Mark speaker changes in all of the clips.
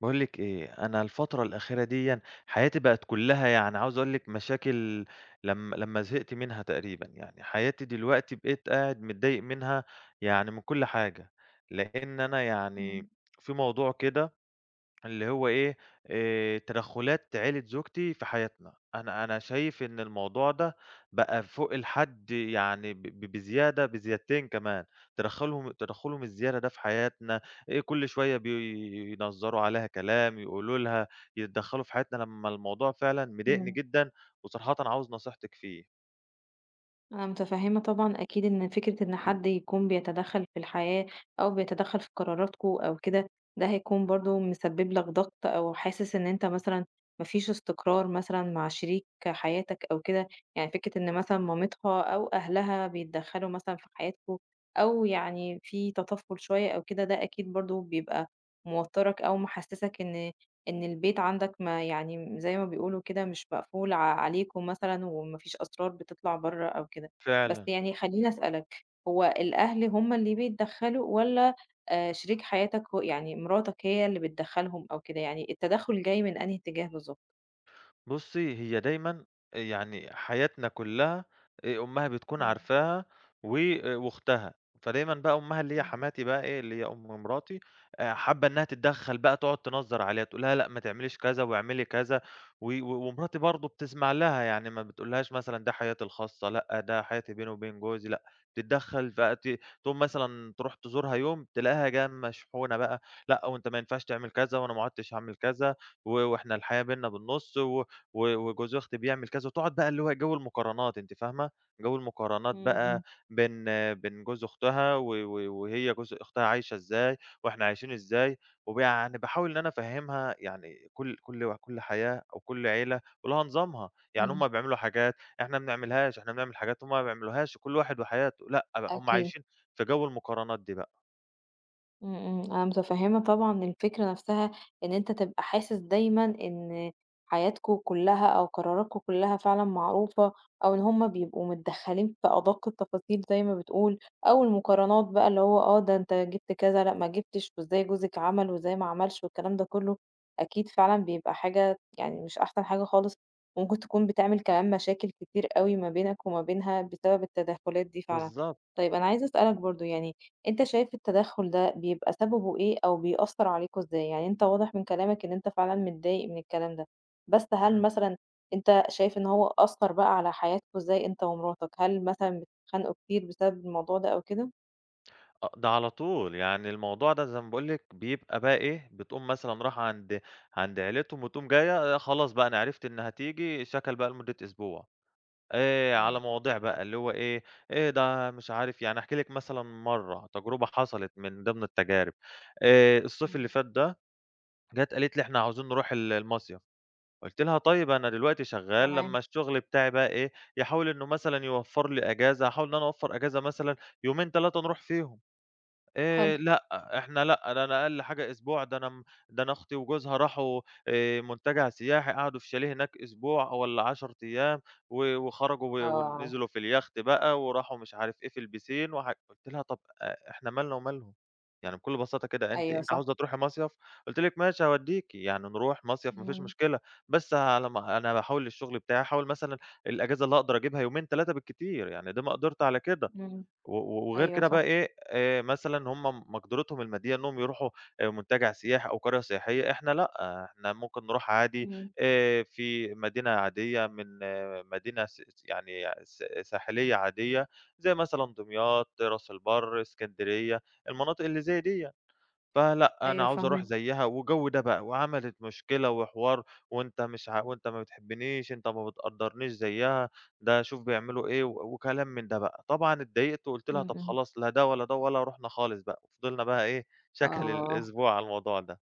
Speaker 1: باقول لِك إيه، أنا الفترة الأخيرة ديًا حياتي بقت كلّها يعني عاوز أقول لِك مشاكل لم لمّا زهقت منها تقريبًا، يعني حياتي دلوقتي بقيت قاعد متضايق منها يعني من كل حاجة، لإن أنا
Speaker 2: إمم،
Speaker 1: يعني في موضوع كده اللي هو إيه، تدخُّلات عيلة زوجتي في حياتنا. أنا شايف إن الموضوع ده بقى فوق الحد، يعني ب ب بزيادة بزيادتين كمان، تدخُّلهم الزيادة ده في حياتنا، كل شوية بينظّروا عليها كلام، يقولوا لها، يتدخّلوا في حياتنا، لمّا الموضوع فعلًا مضايقني
Speaker 2: إمم،
Speaker 1: جدًا وصراحةً عاوز نصيحتِك فيه.
Speaker 2: أنا متفهمة طبعًا أكيد إن فكرة إن حد يكون بيتدخل في الحياة أو بيتدخل في قراراتكم أو كده، ده هيكون برضه مسبب لك ضغط أو حاسس إن أنت مثلًا ما فيش استقرار مثلًا مع شريك حياتك أو كده، يعني فكرة إن مثلًا مامتها أو أهلها بيتدخلوا مثلًا في حياتكم أو يعني في تطفل شوية أو كده، ده أكيد برضه بيبقى موترك أو محسسك إن البيت عندك ما يعني زي ما بيقولوا كده مش مقفول عليكم مثلًا وما فيش أسرار بتطلع برّه أو كده، بس
Speaker 1: فعلًا.
Speaker 2: يعني خلّيني أسألك، هو الأهل هم اللي بيتدخّلوا والّا شريك حياتك هو يعني مراتك هي اللي بتدخّلهم أو كده، يعني التدخُّل جاي من أنهي اتجاه بالضبط؟
Speaker 1: بُصّي، هي دايمًا يعني حياتنا كُلّها أمّها بتكون
Speaker 2: إمم،
Speaker 1: عارفاها و وأختها، فدايمًا بقى أمّها اللي هي
Speaker 2: إمم،
Speaker 1: حماتي بقى إيه، اللي هي أم مراتي حابة إنّها تتدخّل، بقى تقعد تنظّر عليها، تقول لها لأ ما تعمليش كذا واعملي كذا، و و ومراتي برضه بتسمع لها، يعني ما بتقولهاش مثلًا ده حياتي الخاصة، لأ ده حياتي بيني وبين جوزي. لأ تتدخّل بقى، تقوم مثلًا تروح تزورها يوم تلاقيها جاية مشحونة بقى، لأ وأنت ما ينفعش تعمل كذا وأنا ما عُدتش هاعمل كذا وإحنا الحياة بيننا بالنُص و و وجوز أختي بيعمل كذا، وتقعد بقى اللي هو جو المقارنات، أنتِ فاهمة، جو المقارنات
Speaker 2: إمم،
Speaker 1: بقى
Speaker 2: إمم،
Speaker 1: بين جوز أختها و و وهي جوز أختها عايشة إزاي، وإحنا عايشين إزاي. ويعني باحاول إن أنا أفهّمها، يعني كل حياة أو كل عيلة ولها نظامها، يعني
Speaker 2: إمم،
Speaker 1: هُم بيعملوا حاجات إحنا ما بنعملهاش، إحنا بنعمل حاجات هُم ما بيعملوهاش، كل واحد وحياته، لأ بقى هُم
Speaker 2: أكيد.
Speaker 1: عايشين في جو المقارنات دي بقى.
Speaker 2: إمم، إمم، أنا متفهمة طبعًا الفكرة نفسها إن أنت تبقى حاسس دايمًا إن حياتكم كلها أو قراراتكم كلها فعلًا معروفة، أو إن هُم بيبقوا متدخلين في أدق التفاصيل زي ما بتقول، أو المقارنات بقى اللي هو آه، ده أنت جبت كذا، لأ ما جبتش، وإزاي جوزِك عمل وإزاي ما عملش والكلام ده كله، أكيد فعلًا بيبقى حاجة يعني مش أحسن حاجة خالص، وممكن تكون بتعمل كمان مشاكل كتير أوي ما بينك وما بينها بسبب التدخلات دي فعلًا.
Speaker 1: بالضبط.
Speaker 2: طيب أنا عايزة أسألك برضه يعني أنت شايف التدخُّل ده بيبقى سببه إيه أو بيأثّر عليكم إزاي؟ يعني أنت واضح من كلامك إن أنت فعلًا متضايق من الكلام ده، بس هل
Speaker 1: إمم.
Speaker 2: مثلًا أنت شايف إن هو أثّر بقى على حياتكم إزاي أنت ومراتك؟ هل مثلًا بتتخانقوا كتير بسبب الموضوع ده أو كده؟
Speaker 1: آه، ده على طول، يعني الموضوع ده زي ما باقول لِك بيبقى بقى إيه، بتقوم مثلًا رايحة عند عيلتهم وتقوم جاية، آه، خلاص بقى أنا عرفت إنها هتيجي، شكل بقى لمدة أسبوع، على
Speaker 2: إمم،
Speaker 1: مواضيع بقى اللي هو إيه، إيه ده مش عارف، يعني هاحكي لِك مثلًا مرّة تجربة حصلت من ضمن التجارب. الصيف اللي
Speaker 2: إمم،
Speaker 1: فات ده جات قالت لي: "إحنا عاوزين نروح المصيف." قُلت لها: "طيب أنا دلوقتي شغال،
Speaker 2: تمام،
Speaker 1: لمّا الشغل بتاعي بقى إيه، يحاول إنه مثلًا يوفّر لي أجازة، هاحاول إن أنا أوفّر أجازة مثلًا يومين 3 نروح فيهم."
Speaker 2: حلو.
Speaker 1: لأ، إحنا لأ، ده أنا أقل حاجة أسبوع، ده أنا أختي وجوزها راحوا منتجع سياحي، قعدوا في شاليه هناك أسبوع والّا 10 أيام وخرجوا
Speaker 2: آه،
Speaker 1: ونزلوا في اليخت بقى وراحوا مش عارف إيه في البيسين، قُلت لها: "طب إحنا مالنا ومالهم؟" يعني بكل بساطة كده، أنتِ
Speaker 2: أيوه
Speaker 1: أنتِ
Speaker 2: صح،
Speaker 1: عاوزة تروحي مصيف، قُلت لِك ماشي هاوديكِ، يعني نروح مصيف ما فيش
Speaker 2: إمم،
Speaker 1: مشكلة، بس على ما أنا باحاول الشغل بتاعي أحاول مثلًا الأجازة اللي أقدر أجيبها يومين 3 بالكتير، يعني دي مقدرتي على كده.
Speaker 2: إمم،
Speaker 1: و و وغير
Speaker 2: أيوه
Speaker 1: كده بقى
Speaker 2: صح،
Speaker 1: إيه، مثلًا هم مقدرتهم المادية إنّهم يروحوا منتجع سياحي أو قرية سياحية، إحنا لأ، آه، إحنا ممكن نروح عادي
Speaker 2: إمم،
Speaker 1: في مدينة عادية، من آه، مدينة س س يعني س ساحلية عادية، زي مثلًا دمياط، راس البر، إسكندرية، المناطق اللي زي ديّة. فلأ، أنا
Speaker 2: أيوه
Speaker 1: عاوز أروح
Speaker 2: فاهماك،
Speaker 1: زيّها وجَو ده بقى، وعملت مشكلة وحوار، وأنت مش ع وأنت ما بتحبنيش، أنت ما بتقدّرنيش زيّها، ده شوف بيعملوا إيه، وكلام من ده بقى. طبعًا اتضايقت وقُلت لها
Speaker 2: إمم،
Speaker 1: طب
Speaker 2: إمم،
Speaker 1: خلاص لا ده ولا ده ولا رُحنا خالص بقى، وفضلنا بقى إيه، شَكَل
Speaker 2: آه.
Speaker 1: الأسبوع على الموضوع ده.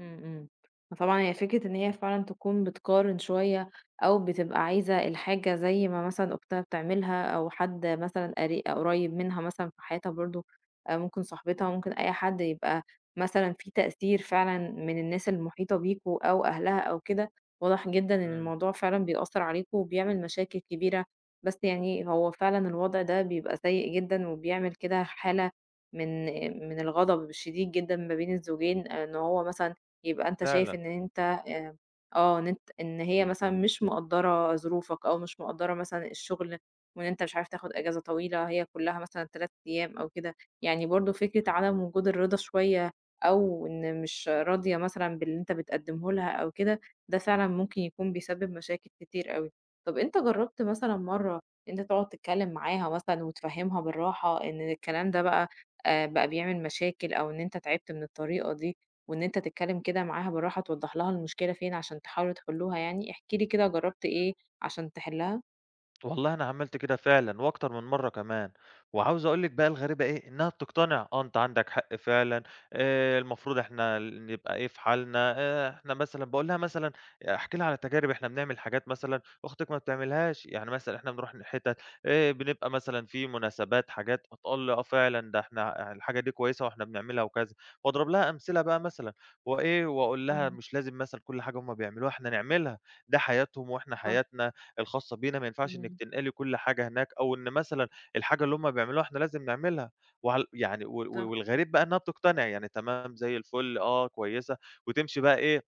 Speaker 2: إمم، إمم. فطبعًا هي فكرة إن هي فعلًا تكون بتقارن شوية أو بتبقى عايزة الحاجة زي ما مثلًا أختها بتعملها أو حد مثلًا قريب منها مثلًا في حياتها برضه ممكن صاحبتها، ممكن أي حد يبقى مثلًا في تأثير فعلًا من الناس المحيطة بيكم أو أهلها أو كده، واضح جدًا إن
Speaker 1: إمم،
Speaker 2: الموضوع فعلًا بيأثّر عليكم وبيعمل مشاكل كبيرة، بس يعني هو فعلًا الوضع ده بيبقى سيء جدًا وبيعمل كده حالة من من الغضب الشديد جدًا ما بين الزوجين، آه، إن هو مثلًا يبقى أنت شايف
Speaker 1: فعلًا.
Speaker 2: إن أنت آآ آه، إن أنت إن هي مثلًا مش مقدّرة ظروفك أو مش مقدّرة مثلًا الشغل، وإن أنت مش عارف تاخد إجازة طويلة، هي كلّها مثلًا 3 أيام أو كده، يعني برضه فكرة عدم وجود الرضا شوية أو إن مش راضية مثلًا باللي أنت بتقدّمه لها أو كده، ده فعلًا ممكن يكون بيسبب مشاكل كتير أوي. طَب أنت جرّبت مثلًا مرّة إن أنت تقعد تتكلّم معاها مثلًا وتفهّمها بالراحة إن الكلام ده بقى بقى بيعمل مشاكل أو إن أنت تعبت من الطريقة دي، وإن أنت تتكلم كده معاها بالراحة توضّح لها المشكلة فين عشان تحاولوا تحلّوها يعني، احكِ لي كده جرّبت إيه عشان تحلّها؟
Speaker 1: والله أنا عملت كده فعلًا وأكتر من مرّة كمان، وعاوز أقول لِك بقى الغريبة إيه، إنها بتقتنع، آه أنت عندك حق فعلًا، المفروض إحنا نبقى إيه في حالنا، إحنا مثلًا باقول لها مثلًا أحكي لها على تجارب، إحنا بنعمل حاجات مثلًا أختك ما بتعملهاش، يعني مثلًا إحنا بنروح حتت، بنبقى مثلًا في مناسبات حاجات، فتقول لي آه فعلًا ده إحنا الحاجة دي كويسة وإحنا بنعملها وكذا، وأضرب لها أمثلة بقى مثلًا، وإيه وأقول لها
Speaker 2: إمم،
Speaker 1: مش لازم مثلًا كل حاجة هُم بيعملوها إحنا نعملها، ده حياتهم وإحنا
Speaker 2: صح،
Speaker 1: حياتنا الخاصة بينا، ما ينفعش إنِّك
Speaker 2: إمم.
Speaker 1: تنقلي كل حاجة هناك، أو إن مثلًا الحاجة اللي هُم بيعملوها إحنا لازم نعملها. وعل يعني و و
Speaker 2: صح.
Speaker 1: والغريب بقى إنها بتقتنع، يعني تمام زي الفل، آه كويسة، وتمشي بقى إيه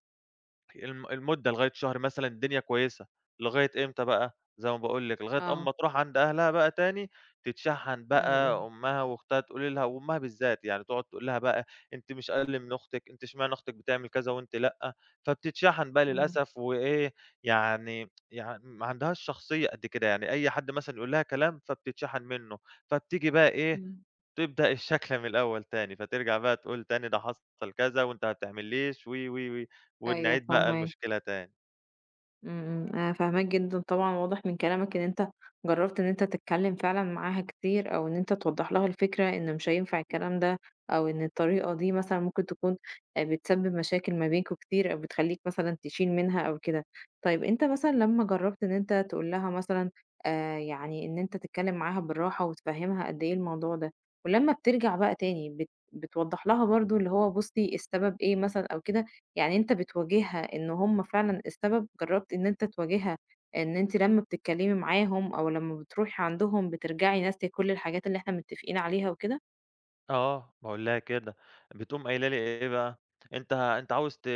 Speaker 1: المدة لغاية شهر مثلًا الدنيا كويسة، لغاية إمتى بقى؟ زي ما باقول لِك، لغاية
Speaker 2: آه،
Speaker 1: أمّا تروح عند أهلها بقى تاني، تتشحن
Speaker 2: إمم،
Speaker 1: بقى
Speaker 2: إمم،
Speaker 1: أمها وأختها تقول لها، وأمها بالذات يعني تقعد تقول لها بقى أنتِ مش أقل من أختِك، أنتِ اشمعنى أختِك بتعمل كذا وأنتِ لأ، فبتتشحن بقى
Speaker 2: إمم.
Speaker 1: للأسف وإيه، يعني ما عندهاش شخصية قد كده، يعني أي حد مثلًا يقول لها كلام فبتتشحن منه، فبتيجي بقى إيه،
Speaker 2: إمم.
Speaker 1: تبدأ الشكْلَة من الأول تاني، فترجع بقى تقول تاني ده حصل كذا وأنت ما بتعملّيش و، و، و،
Speaker 2: أيوه
Speaker 1: ونعيد بقى
Speaker 2: فاهماك.
Speaker 1: المشكلة تاني.
Speaker 2: إمم، إمم، أنا فاهماك جدًا طبعًا، واضح من كلامك إن أنت جرّبت إن أنت تتكلّم فعلًا معاها كتير، أو إن أنت توضّح لها الفكرة إن مش هينفع الكلام ده، أو إن الطريقة دي مثلًا ممكن تكون بتسبب مشاكل ما بينكم كتير، أو بتخلّيك مثلًا تشيل منها أو كده. طيب أنت مثلًا لمّا جرّبت إن أنت تقول لها مثلًا يعني إن أنت تتكلّم معاها بالراحة وتفهّمها قد إيه الموضوع ده، ولمّا بترجع بقى تاني بتوضّح لها برضه اللي هو بُصّي السبب إيه مثلًا أو كده، يعني أنت بتواجهها إن هم فعلًا السبب؟ جرّبت إن أنت تواجهها إن أنتِ لمّا بتتكلّمي معاهم أو لمّا بتروحي عندهم بترجعي ناسية كل الحاجات اللي إحنا متّفقين عليها وكده؟
Speaker 1: آه، باقول لها كده، بتقوم قايلة لي إيه بقى، أنت عاوز ت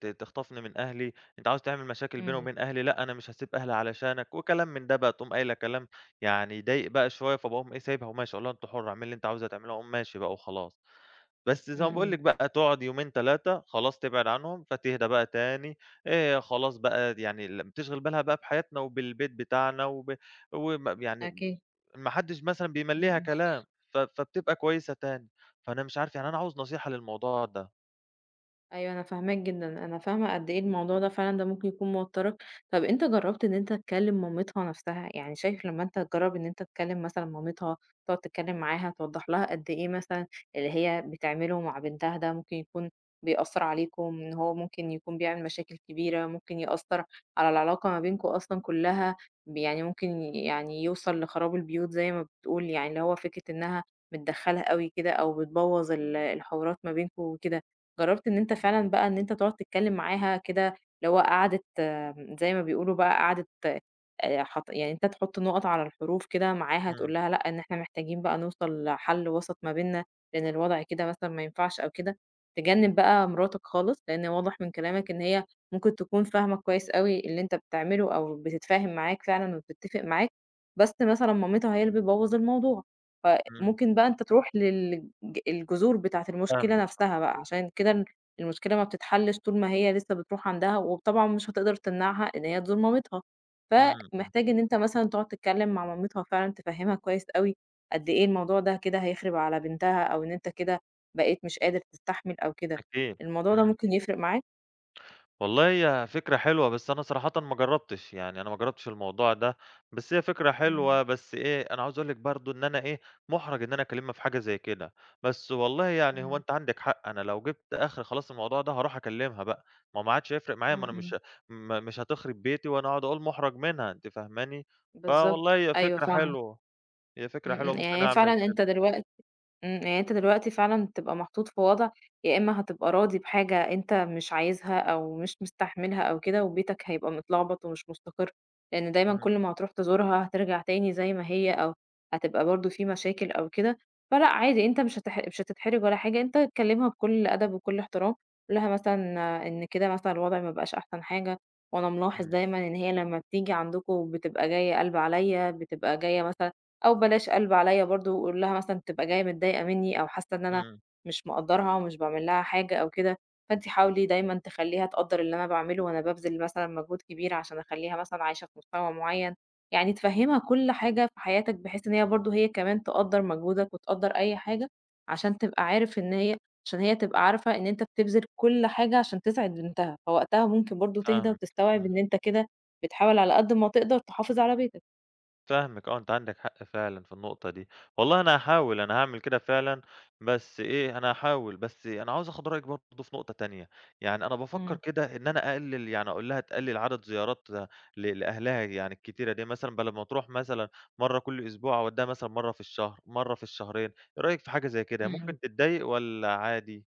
Speaker 1: ت تخطفني من أهلي، أنت عاوز تعمل مشاكل بيني
Speaker 2: إمم.
Speaker 1: وبين أهلي، لأ أنا مش هاسيب أهلي علشانك، وكلام من ده بقى، تقوم قايلة كلام يعني يضايق بقى شوية، فباقوم إيه سايبها وماشي، أقول لها أنتِ حُرّة، اعملي اللي أنتِ عاوزاه تعمليه، أقوم ماشي بقى وخلاص. بس زي
Speaker 2: إمم،
Speaker 1: ما باقول لِك
Speaker 2: إمم.
Speaker 1: بقى تقعد يومين 3 خلاص تبعد عنهم، فتهدى بقى تاني، خلاص بقى يعني بتشغل بالها بقى بحياتنا وبالبيت بتاعنا وب وم يعني
Speaker 2: أكيد.
Speaker 1: ما حدش مثلًا
Speaker 2: إمم،
Speaker 1: بيملّيها
Speaker 2: إمم.
Speaker 1: كلام. فبتبقى كويسة تاني، فأنا مش عارف، يعني أنا عاوز نصيحة للموضوع ده.
Speaker 2: أيوه أنا فاهماك جدًا، أنا فاهمة قد إيه الموضوع ده فعلًا ده ممكن يكون موتّرك. طَب أنت جرّبت إن أنت تكلّم مامتها نَفْسها؟ يعني شايف لمّا أنت تجرّب إن أنت تكلّم مثلًا مامتها، تقعد تتكلّم معاها، توضّح لها قد إيه مثلًا اللي هي بتعمله مع بنتها ده ممكن يكون بيأثّر عليكم، إن هو ممكن يكون بيعمل مشاكل كبيرة، ممكن يأثّر على العلاقة ما بينكم أصلًا كُلّها، يعني ممكن يعني يوصل لخراب البيوت زي ما بتقول، يعني اللي هو فكرة إنها متدخّلة أوي كده أو بتبوّظ الحوارات ما بينكم وكده. جرّبت إن أنت فعلًا بقى إن أنت تقعد تتكلّم معاها كده، اللي هو قعدة زي ما بيقولوا بقى قعدة حط يعني أنت تحُط نُقَط على الحروف كده معاها،
Speaker 1: إمم،
Speaker 2: تقول لها لأ، إن إحنا محتاجين بقى نوصل لحَل وسَط ما بيننا، لإن الوضع كده مثلًا ما ينفعش أو كده. تجنّب بقى مراتك خالص، لإن واضح من كلامك إن هي ممكن تكون فاهمة كويس أوي اللي أنت بتعمله أو بتتفاهم معاك فعلًا وبتتّفق معاك، بس مثلًا مامتها هي اللي بتبوّظ الموضوع. ف
Speaker 1: إمم،
Speaker 2: ممكن بقى أنت تروح للج الجذور بتاعة
Speaker 1: فاهمِك،
Speaker 2: المشكلة نفسها بقى، عشان كده المشكلة ما بتتحلش طول ما هي لسه بتروح عندها، وطبعًا مش هتقدر تمنعها إن هي تزور مامتها،
Speaker 1: إمم، إمم،
Speaker 2: فمحتاج إن أنت مثلًا تقعد تتكلم مع مامتها فعلًا تفهمها كويس أوي قد إيه الموضوع ده كده هيخرب على بنتها، أو إن أنت كده بقيت مش قادر تستحمل أو كده،
Speaker 1: أكيد،
Speaker 2: الموضوع ده
Speaker 1: إمم.
Speaker 2: ممكن يفرق معاك؟
Speaker 1: والله هي فكرة حلوة، بس أنا صراحةً ما جرّبتش، يعني أنا ما جرّبتش الموضوع ده، بس هي فكرة
Speaker 2: إمم،
Speaker 1: حلوة، بس إيه، أنا عاوز أقول لِك برضه إن أنا إيه، مُحرَج إن أنا أكلّمها في حاجة زي كده، بس والله يعني هو
Speaker 2: اهم،
Speaker 1: أنتِ عندِك حق، أنا لو جِبت آخري خلاص الموضوع ده هاروح أكلّمها بقى، ما هو ما عادش هيفرق معايا، ما
Speaker 2: إمم،
Speaker 1: أنا مش
Speaker 2: إمم،
Speaker 1: مش هتخرب بيتي وأنا أقعد أقول مُحرَج منها، أنتِ فاهماني؟ فوالله
Speaker 2: بالضبط،
Speaker 1: هي
Speaker 2: أيوه
Speaker 1: فكرة
Speaker 2: فعلًا،
Speaker 1: حلوة. هي
Speaker 2: إمم،
Speaker 1: فكرة حلوة
Speaker 2: إمم،
Speaker 1: ممكن
Speaker 2: يعني
Speaker 1: أعمل
Speaker 2: فعلًا
Speaker 1: كده،
Speaker 2: أنت دلوقتي إمم، يعني أنت دلوقتي فعلًا بتبقى محطوط في وضع يا إما هتبقى راضي بحاجة أنت مش عايزها أو مش مستحملها أو كده، وبيتك هيبقى متلخبط ومش مستقر، لأن دايمًا
Speaker 1: إمم،
Speaker 2: كل ما هتروح تزورها هترجع تاني زي ما هي أو هتبقى برضه في مشاكل أو كده، فلأ عادي أنت مش هتح مش هتتحرج ولا حاجة، أنت كلمها بكل أدب وكل احترام، قُل لها مثلًا آه، إن كده مثلًا الوضع ما بقاش أحسن حاجة، وأنا ملاحظ
Speaker 1: إمم،
Speaker 2: دايمًا إن هي لمّا بتيجي عندكم بتبقى جاية قلب عليَّ، بتبقى جاية مثلًا أو بلاش قلب عليّا برضه، وقُل لها مثلًا تبقى جاية متضايقة منّي أو حاسة إن أنا
Speaker 1: إمم،
Speaker 2: مش مقدّرها ومش باعمل لها حاجة أو كده، فأنتِ حاولي دايمًا تخلّيها تقدّر اللي أنا باعمله وأنا بابذل مثلًا مجهود كبير عشان أخلّيها مثلًا عايشة في مستوى معيّن، يعني تفهّمها كل حاجة في حياتك بحيث إن هي برضه هي كمان تقدّر مجهودك وتقدّر أي حاجة، عشان تبقى عارف إن هي عشان هي تبقى عارفة إن أنت بتبذل كل حاجة عشان تسعد بنتها، فوقتها ممكن برضه تهدى
Speaker 1: فاهمِك،
Speaker 2: وتستوعب
Speaker 1: إمم،
Speaker 2: إن أنت كده بتحاول على قد ما تقدر تحافظ على بيتك.
Speaker 1: فاهمِك آه، أنتِ عندِك حق فعلًا في النقطة دي، والله أنا هاحاول أنا هاعمل كده فعلًا، بس إيه أنا هاحاول، بس أنا عاوز آخد رأيِك برضه في نقطة تانية، يعني أنا بافكر كده إن أنا أقلل، يعني أقول لها تقلل عدد زيارات لأهلها يعني الكتيرة دي، مثلًا بدل ما تروح مثلًا مرة كل أسبوع أودّيها مثلًا مرة في الشهر، مرة في الشهرين، إيه رأيك في حاجة زي كده،
Speaker 2: إمم.
Speaker 1: ممكن تتضايق والّا عادي؟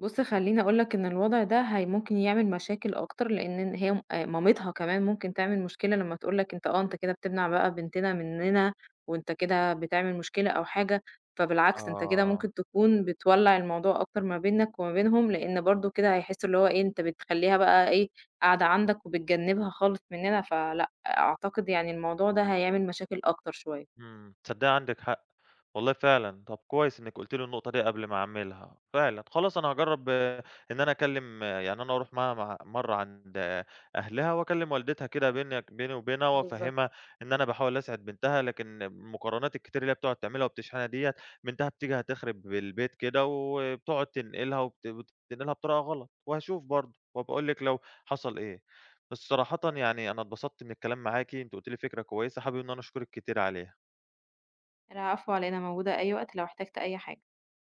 Speaker 2: بُص خلّيني أقول لك إن الوضع ده هي ممكن يعمل مشاكل أكتر، لإن إن هي مامتها كمان ممكن تعمل مشكلة لمّا تقول لك أنت آه، أنت كده بتمنع بقى بنتنا مننا، وأنت كده بتعمل مشكلة أو حاجة، فبالعكس أنت كده
Speaker 1: آه.
Speaker 2: ممكن تكون بتولّع الموضوع أكتر ما بينك وما بينهم، لإن برضه كده هيحسّوا اللي هو إيه، أنت بتخلّيها بقى إيه، قاعدة عندك وبتجنّبها خالص مننا، فلأ، أعتقد يعني الموضوع ده هيعمل مشاكل أكتر شوية.
Speaker 1: إمم، تصدّقي عندِك حق، والله فعلًا. طب كويس إنِّك قُلتِ لي النقطة دي قبل ما أعملها، فعلًا. خلاص أنا هاجرّب إن أنا أكلّم، يعني أنا أروح معاها مرّة عند أهلها وأكلّم والدتها كده بيني وبينها
Speaker 2: بالضبط.
Speaker 1: وأفهّمها إن أنا باحاول أسعد بنتها، لكن المقارنات الكتير اللي هي بتقعد تعملها وبتشحنها ديّة، بنتها بتيجي هتخرب البيت كده، وبتقعد تنقلها بتنقلها بطريقة غلط، وهاشوف برضه وهابقى أقول لِك لو حصل إيه. بس صراحةً يعني أنا اتبسطت من الكلام معاكِ، أنتِ قُلتِ لي فكرة كويسة، حابب إن أنا أشكرِك كتير عليها.
Speaker 2: العفو على إيه، أنا موجودة أي وقت لو احتجت أي حاجة.